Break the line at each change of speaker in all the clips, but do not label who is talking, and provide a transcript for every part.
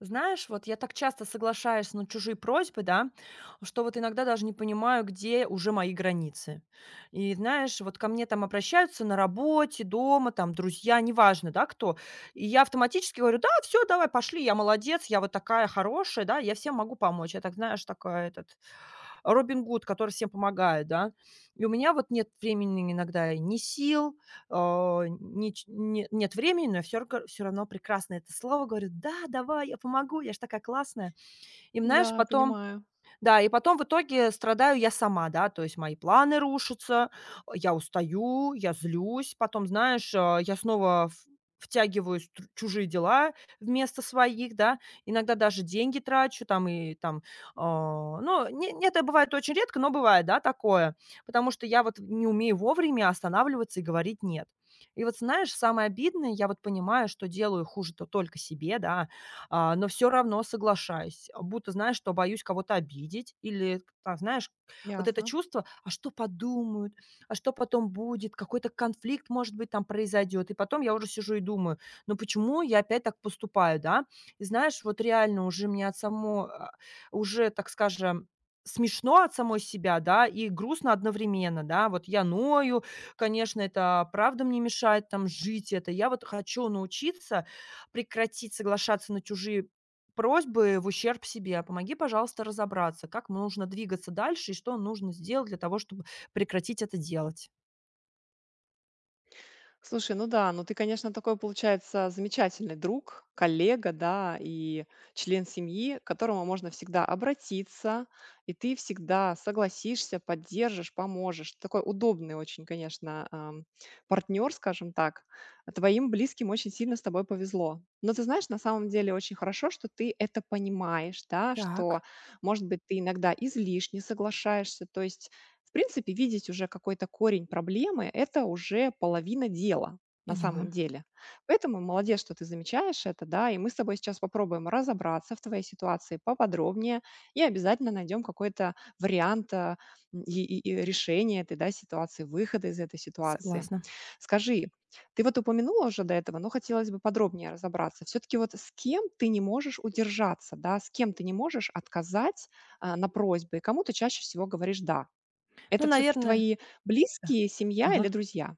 Знаешь, вот я так часто соглашаюсь на чужие просьбы, да, что вот иногда даже не понимаю, где уже мои границы. И знаешь, вот ко мне там обращаются на работе, дома, там друзья, неважно, да, кто. И я автоматически говорю, да, все, давай, пошли, я молодец, я вот такая хорошая, да, я всем могу помочь. Я так, знаешь, такая этот Робин Гуд, который всем помогает, да. И у меня вот нет времени иногда и ни сил, а, неч не нет времени, но я всё равно прекрасно это слово говорю: "Да, давай, я помогу, я ж такая классная". И знаешь,
Да,
потом,
понимаю.
да, и потом в итоге страдаю я сама, да, то есть мои планы рушатся, я устаю, я злюсь, потом, знаешь, я снова в втягиваюсь в тру чужие дела вместо своих, да, иногда даже деньги трачу там и там, ну, не это бывает очень редко, но бывает, да, такое, потому что я вот не умею вовремя останавливаться и говорить "нет". И вот знаешь, самое обидное, я вот понимаю, что делаю хуже-то только себе, да, но все равно соглашаюсь, будто, знаешь, что боюсь кого-то обидеть или, там, знаешь, вот это
Ясно.
чувство: а что подумают, а что потом будет, какой-то конфликт, может быть, там произойдет. И потом я уже сижу и думаю: ну почему я опять так поступаю, да? И знаешь, вот реально уже мне уже, так скажем, смешно от самой себя, да, и грустно одновременно, да. Вот я ною, конечно, это правда мне мешает там жить, это я вот хочу научиться прекратить соглашаться на чужие просьбы в ущерб себе. А помоги, пожалуйста, разобраться, как нужно двигаться дальше и что нужно сделать для того, чтобы прекратить это делать.
Слушай, ну да, ну ты, конечно, такой, получается, замечательный друг, коллега, да, и член семьи, к которому можно всегда обратиться, и ты всегда согласишься, поддержишь, поможешь. Такой удобный очень, конечно, партнер, скажем так. А твоим близким очень сильно с тобой повезло. Но ты знаешь, на самом деле очень хорошо, что ты это понимаешь, да, что,
Так,
может быть, ты иногда излишне соглашаешься. То есть в принципе, видеть уже какой-то корень проблемы — это уже половина дела на
поняла,
самом деле. Поэтому молодец, что ты замечаешь это, да, и мы с тобой сейчас попробуем разобраться в твоей ситуации поподробнее и обязательно найдем какой-то вариант и решения этой, да, ситуации, выхода из этой ситуации.
согласна.
Скажи, ты вот упомянула уже до этого, но хотелось бы подробнее разобраться. Все-таки вот с кем ты не можешь удержаться, да, с кем ты не можешь отказать на просьбы, и кому ты чаще всего говоришь «да».
Ну,
Это все таки
наверное,
твои
да.
близкие, семья или
Ага.
друзья?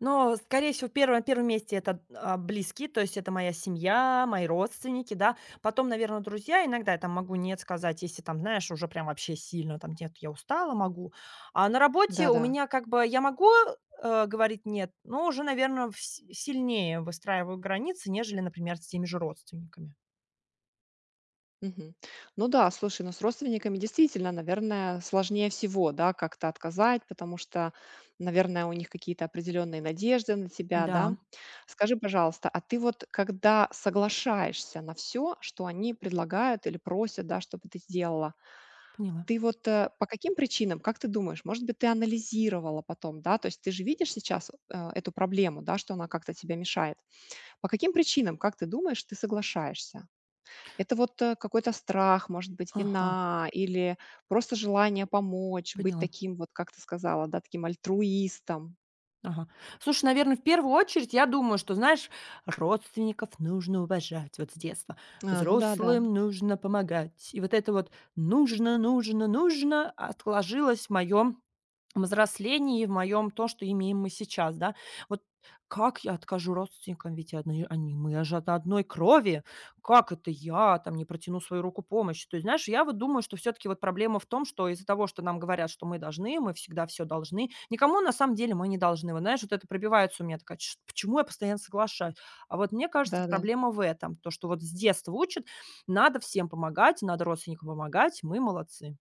Но, скорее всего, первое на первом месте это, близкие, то есть это моя семья, мои родственники, да. Потом, наверное, друзья. Иногда я там могу нет сказать, если там, знаешь, уже прям вообще сильно там: "Нет, я устала",- могу. А на работе у
Да-да.
меня как бы я могу, говорить "нет", но уже, наверное, сильнее выстраиваю границы, нежели, например, с теми же родственниками.
Мгм. Ну да, слушай, ну, с родственниками действительно, наверное, сложнее всего, да, как-то отказать, потому что, наверное, у них какие-то определенные надежды на тебя,
Да,
да. Скажи, пожалуйста, а ты вот когда соглашаешься на все, что они предлагают или просят, да, чтобы ты сделала,
поняла.
ты вот, по каким причинам, как ты думаешь, может быть, ты анализировала потом, да? То есть ты же видишь сейчас, эту проблему, да, что она как-то тебя мешает. По каким причинам, как ты думаешь, ты соглашаешься? Это вот, какой-то страх, может быть,
Ага,
вина или просто желание помочь, быть
поняла.
таким вот, как ты сказала, да, таким альтруистом?
Ага. Слушай, наверное, в первую очередь, я думаю, что, знаешь, родственников нужно уважать вот с детства,
А, ну да-да,
взрослым нужно помогать. И вот это вот "нужно, нужно, нужно" отложилось в моем взрослении, в моем то, что имеем мы сейчас, да. Вот как я откажу родственникам, ведь одни они мы же от одной крови. Как это я там не протяну свою руку помощи? То есть, знаешь, я вот думаю, что все таки вот проблема в том, что из-за того, что нам говорят, что мы должны, мы всегда все должны, никому на самом деле мы не должны. Вот знаешь, вот это пробивается у меня такая: "Чт почему я постоянно соглашаюсь?" А вот мне кажется,
да-да.
проблема в этом. То, что вот с детства учат: надо всем помогать, надо родственникам помогать, мы молодцы.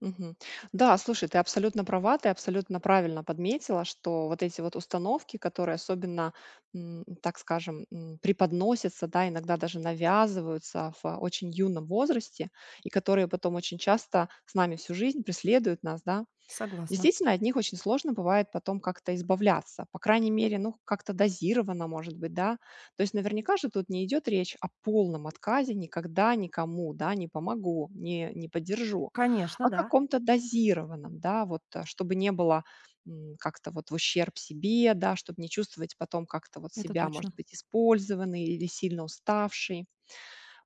Мгм. Да, слушай, ты абсолютно права, ты абсолютно правильно подметила, что вот эти вот установки, которые особенно, так скажем, преподносятся, да, иногда даже навязываются в, очень юном возрасте и которые потом очень часто с нами всю жизнь преследуют нас, да.
Согласна.
Действительно, от них очень сложно бывает потом как-то избавляться, по крайней мере, ну, как-то дозированно, может быть, да. То есть наверняка же тут не идет речь о полном отказе никогда никому, да, не помогу, не поддержу,
Конечно,
о
да,
каком-то дозированном, да, вот, чтобы не было как-то вот в ущерб себе, да, чтобы не чувствовать потом как-то вот
это
себя, может
точно.
быть, использованный или сильно уставший.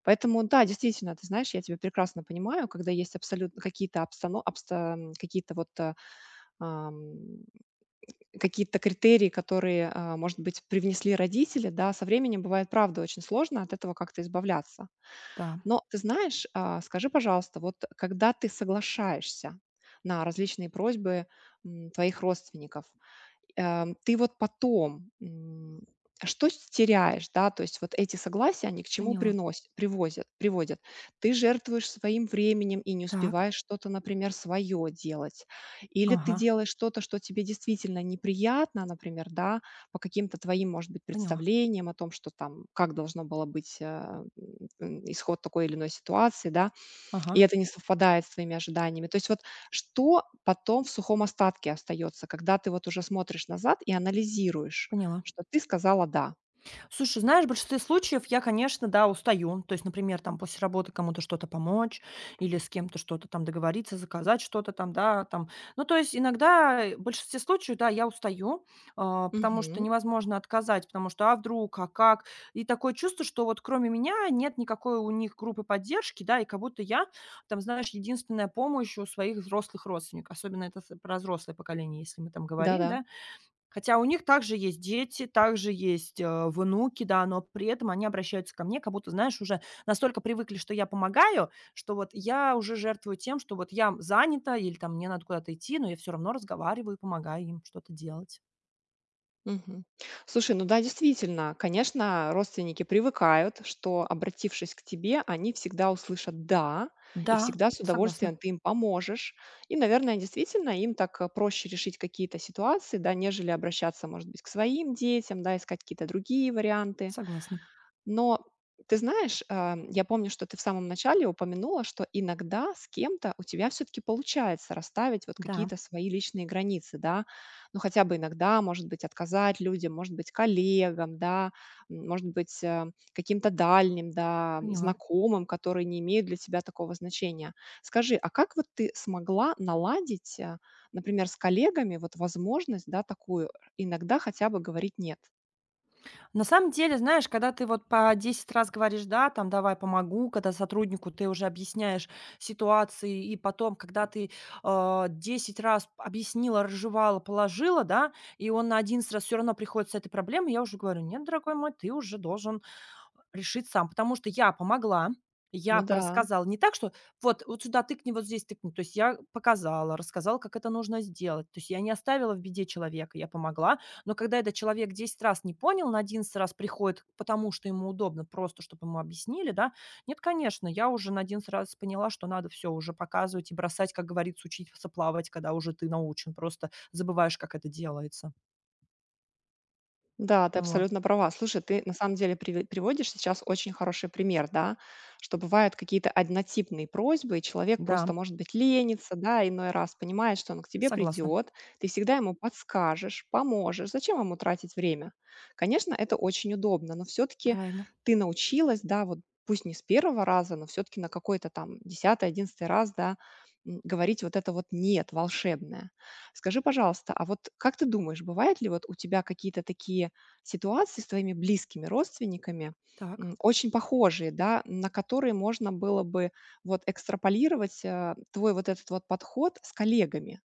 Поэтому, да, действительно, ты знаешь, я тебя прекрасно понимаю, когда есть абсолютно какие-то какие-то вот ам, какие-то критерии, которые, может быть, привнесли родители, да, со временем бывает, правда, очень сложно от этого как-то избавляться.
Да,
Но ты знаешь, скажи, пожалуйста, вот когда ты соглашаешься на различные просьбы твоих родственников, ты вот потом, а что с теряешь, да? То есть вот эти согласия, они к чему
поняла.
приносят привозят приводят? Ты жертвуешь своим временем и не
Так.
успеваешь что-то, например, свое делать. Или ты
Ага,
делаешь что-то, что тебе действительно неприятно, например, да, по каким-то твоим, может быть,
поняла.
представлениям о том, что там, как должно было быть, исход такой или иной ситуации, да. И
Ага,
это не совпадает с твоими ожиданиями. То есть вот что потом в сухом остатке остается, когда ты вот уже смотришь назад и анализируешь,
поняла.
что ты сказала "да"?
Слушай, знаешь, в большинстве случаев я, конечно, да, устаю. То есть, например, там после работы кому-то что-то помочь или с кем-то что-то там договориться, заказать что-то там, да, там. Ну, то есть иногда в большинстве случаев, да, я устаю, потому что
Мгм.
невозможно отказать, потому что а вдруг, а как? И такое чувство, что вот кроме меня нет никакой у них группы поддержки, да, и как будто я, там, знаешь, единственная помощь у своих взрослых родственников, особенно это про взрослое поколение, если мы там говорим,
Да-да.
да, хотя у них также есть дети, также есть, внуки, да, но при этом они обращаются ко мне, как будто, знаешь, уже настолько привыкли, что я помогаю, что вот я уже жертвую тем, что вот я занята или там мне надо куда-то идти, но я все равно разговариваю и помогаю им что-то делать.
Мгм. Слушай, ну да, действительно, конечно, родственники привыкают, что, обратившись к тебе, они всегда услышат "да", и
Да,
всегда с
согласна,
удовольствием ты им поможешь. И, наверное, действительно им так, проще решить какие-то ситуации, да, нежели обращаться, может быть, к своим детям, да, искать какие-то другие варианты.
согласна.
Но ты знаешь, я помню, что ты в самом начале упомянула, что иногда с кем-то у тебя все-таки получается расставить вот
Да,
какие-то свои личные границы, да, ну хотя бы иногда, может быть, отказать людям, может быть, коллегам, да, может быть, каким-то дальним, да,
поняла.
знакомым, которые не имеют для тебя такого значения. Скажи, а как вот ты смогла наладить, например, с коллегами вот возможность, да, такую иногда хотя бы говорить нет?
На самом деле, знаешь, когда ты вот по 10 раз говоришь: "Да, там, давай помогу", когда сотруднику ты уже объясняешь ситуации, и потом, когда ты, 10 раз объяснила, разжевала, положила, да, и он на 11 раз все равно приходит с этой проблемой, я уже говорю: "Нет, дорогой мой, ты уже должен решит сам, потому что я помогла, я
Ну да.
порассказала, не так, что вот сюда тыкни, вот здесь тыкни. То есть я показала, рассказала, как это нужно сделать. То есть я не оставила в беде человека, я помогла. Но когда этот человек 10 раз не понял, на 11 раз приходит, потому что ему удобно, просто чтобы ему объяснили, да. Нет, конечно, я уже на 11 раз поняла, что надо все уже показывать и бросать, как говорится, учиться плавать, когда уже ты научен. Просто забываешь, как это делается.
Да, ты
Ну вот.
абсолютно права. Слушай, ты на самом деле приводишь сейчас очень хороший пример, да, что бывают какие-то однотипные просьбы, и человек
Да,
просто, может быть, ленится, да, иной раз понимает, что он к тебе
согласна.
придет, ты всегда ему подскажешь, поможешь. Зачем ему тратить время? Конечно, это очень удобно, но все-таки
Правильно.
ты научилась, да, вот пусть не с первого раза, но все-таки на какой-то там десятый, одиннадцатый раз, да, говорить вот это вот «нет» волшебное. Скажи, пожалуйста, а вот как ты думаешь, бывают ли вот у тебя какие-то такие ситуации с твоими близкими родственниками,
Так,
очень похожие, да, на которые можно было бы вот экстраполировать твой вот этот вот подход с коллегами.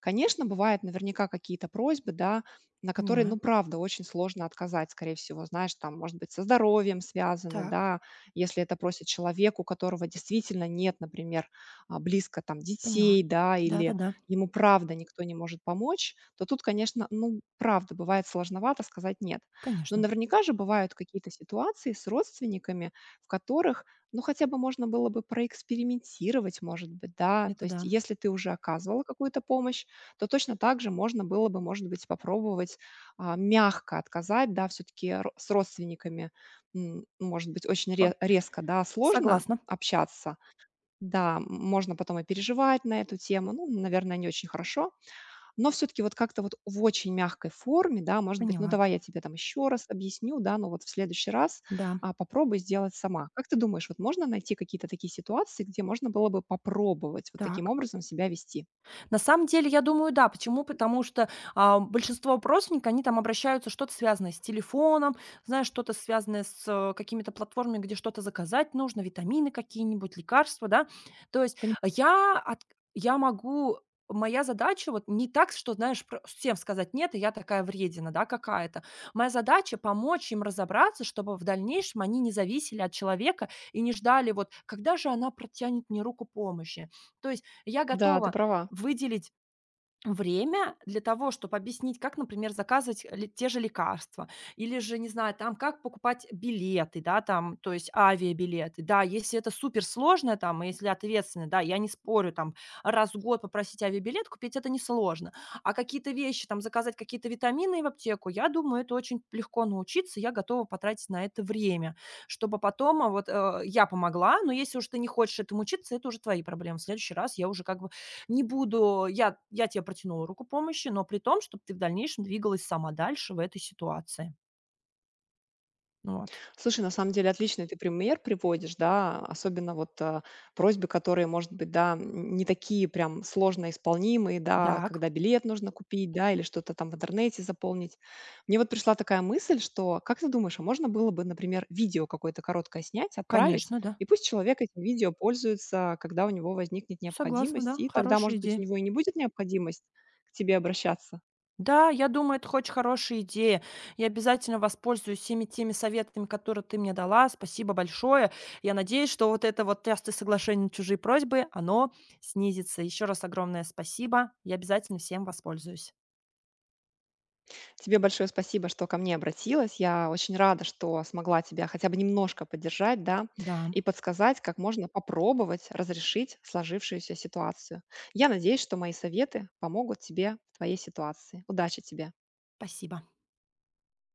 Конечно, бывают наверняка какие-то просьбы, да, на которые,
понимаю.
ну, правда, очень сложно отказать, скорее всего, знаешь, там, может быть, со здоровьем связаны,
Так.
да, если это просит человек, у которого действительно нет, например, близко там
Поняла.
детей, да, или
Да-да-да,
ему правда никто не может помочь, то тут, конечно, ну, правда, бывает сложновато сказать нет. Но
конечно.
наверняка же бывают какие-то ситуации с родственниками, в которых, ну, хотя бы можно было бы проэкспериментировать, может быть, да,
Это
то есть
да.
если ты уже оказывала какую-то помощь, то точно так же можно было бы, может быть, попробовать, мягко отказать, да. Все таки с родственниками, может быть, очень
Пап
ре резко, да, сложно
согласна.
общаться. Да, можно потом и переживать на эту тему. Ну, наверное, не очень хорошо. Но все таки вот как-то вот в очень мягкой форме, да, может быть: "Ну,
Поняла.
давай я тебе там еще раз объясню, да, ну вот в следующий раз,
Да.
попробуй сделать сама". Как ты думаешь, вот можно найти какие-то такие ситуации, где можно было бы попробовать вот таким
Так.
образом себя вести?
На самом деле, я думаю, да. Почему? Потому что, большинство простников, они там обращаются, что-то связанное с телефоном, знаешь, что-то связанное с, какими-то платформами, где что-то заказать нужно, витамины какие-нибудь, лекарства, да. То есть
Пони
э, я от я могу моя задача вот не так, что, знаешь, пр всем сказать: "Нет, и я такая вредина, да, какая-то". Моя задача- помочь им разобраться, чтобы в дальнейшем они не зависели от человека и не ждали вот: "Когда же она протянет мне руку помощи?" То есть я
Да, ты
готова
права.
выделить время для того, чтобы объяснить, как, например, заказывать ле те же лекарства или же, не знаю, там, как покупать билеты, да, там, то есть авиабилеты. Да, если это суперсложно, там, и если ответственно, да, я не спорю, там, раз в год попросить авиабилет купить- это несложно. А какие-то вещи, там, заказать какие-то витамины в аптеку, я думаю, это очень легко научиться, я готова потратить на это время, чтобы потом, вот, я помогла. Но если уж ты не хочешь этому учиться, это уже твои проблемы. В следующий раз я уже как бы не буду, я тебе протянула руку помощи, но при том, чтобы ты в дальнейшем двигалась сама дальше в этой ситуации. Вот.
Слушай, на самом деле отличный ты пример приводишь, да, особенно вот просьбы, которые, может быть, да, не такие прям сложно исполнимые, да,
Так,
когда билет нужно купить, да, или что-то там в интернете заполнить. Мне вот пришла такая мысль, что, как ты думаешь, а можно было бы, например, видео какое-то короткое снять, отправить,
конечно, да.
и пусть человек этим видео пользуется, когда у него возникнет
Согласна, да,
необходимость, и тогда,
хорошая
может быть,
идея.
у него и не будет необходимость к тебе обращаться.
Да, я думаю, это очень хорошая идея. Я обязательно воспользуюсь всеми теми советами, которые ты мне дала. Спасибо большое. Я надеюсь, что вот это вот тесты соглашение на чужие просьбы, оно снизится. Еще раз огромное спасибо. Я обязательно всем воспользуюсь.
Тебе большое спасибо, что ко мне обратилась. Я очень рада, что смогла тебя хотя бы немножко поддержать, да,
Да,
и подсказать, как можно попробовать разрешить сложившуюся ситуацию. Я надеюсь, что мои советы помогут тебе в твоей ситуации. Удачи тебе!
спасибо.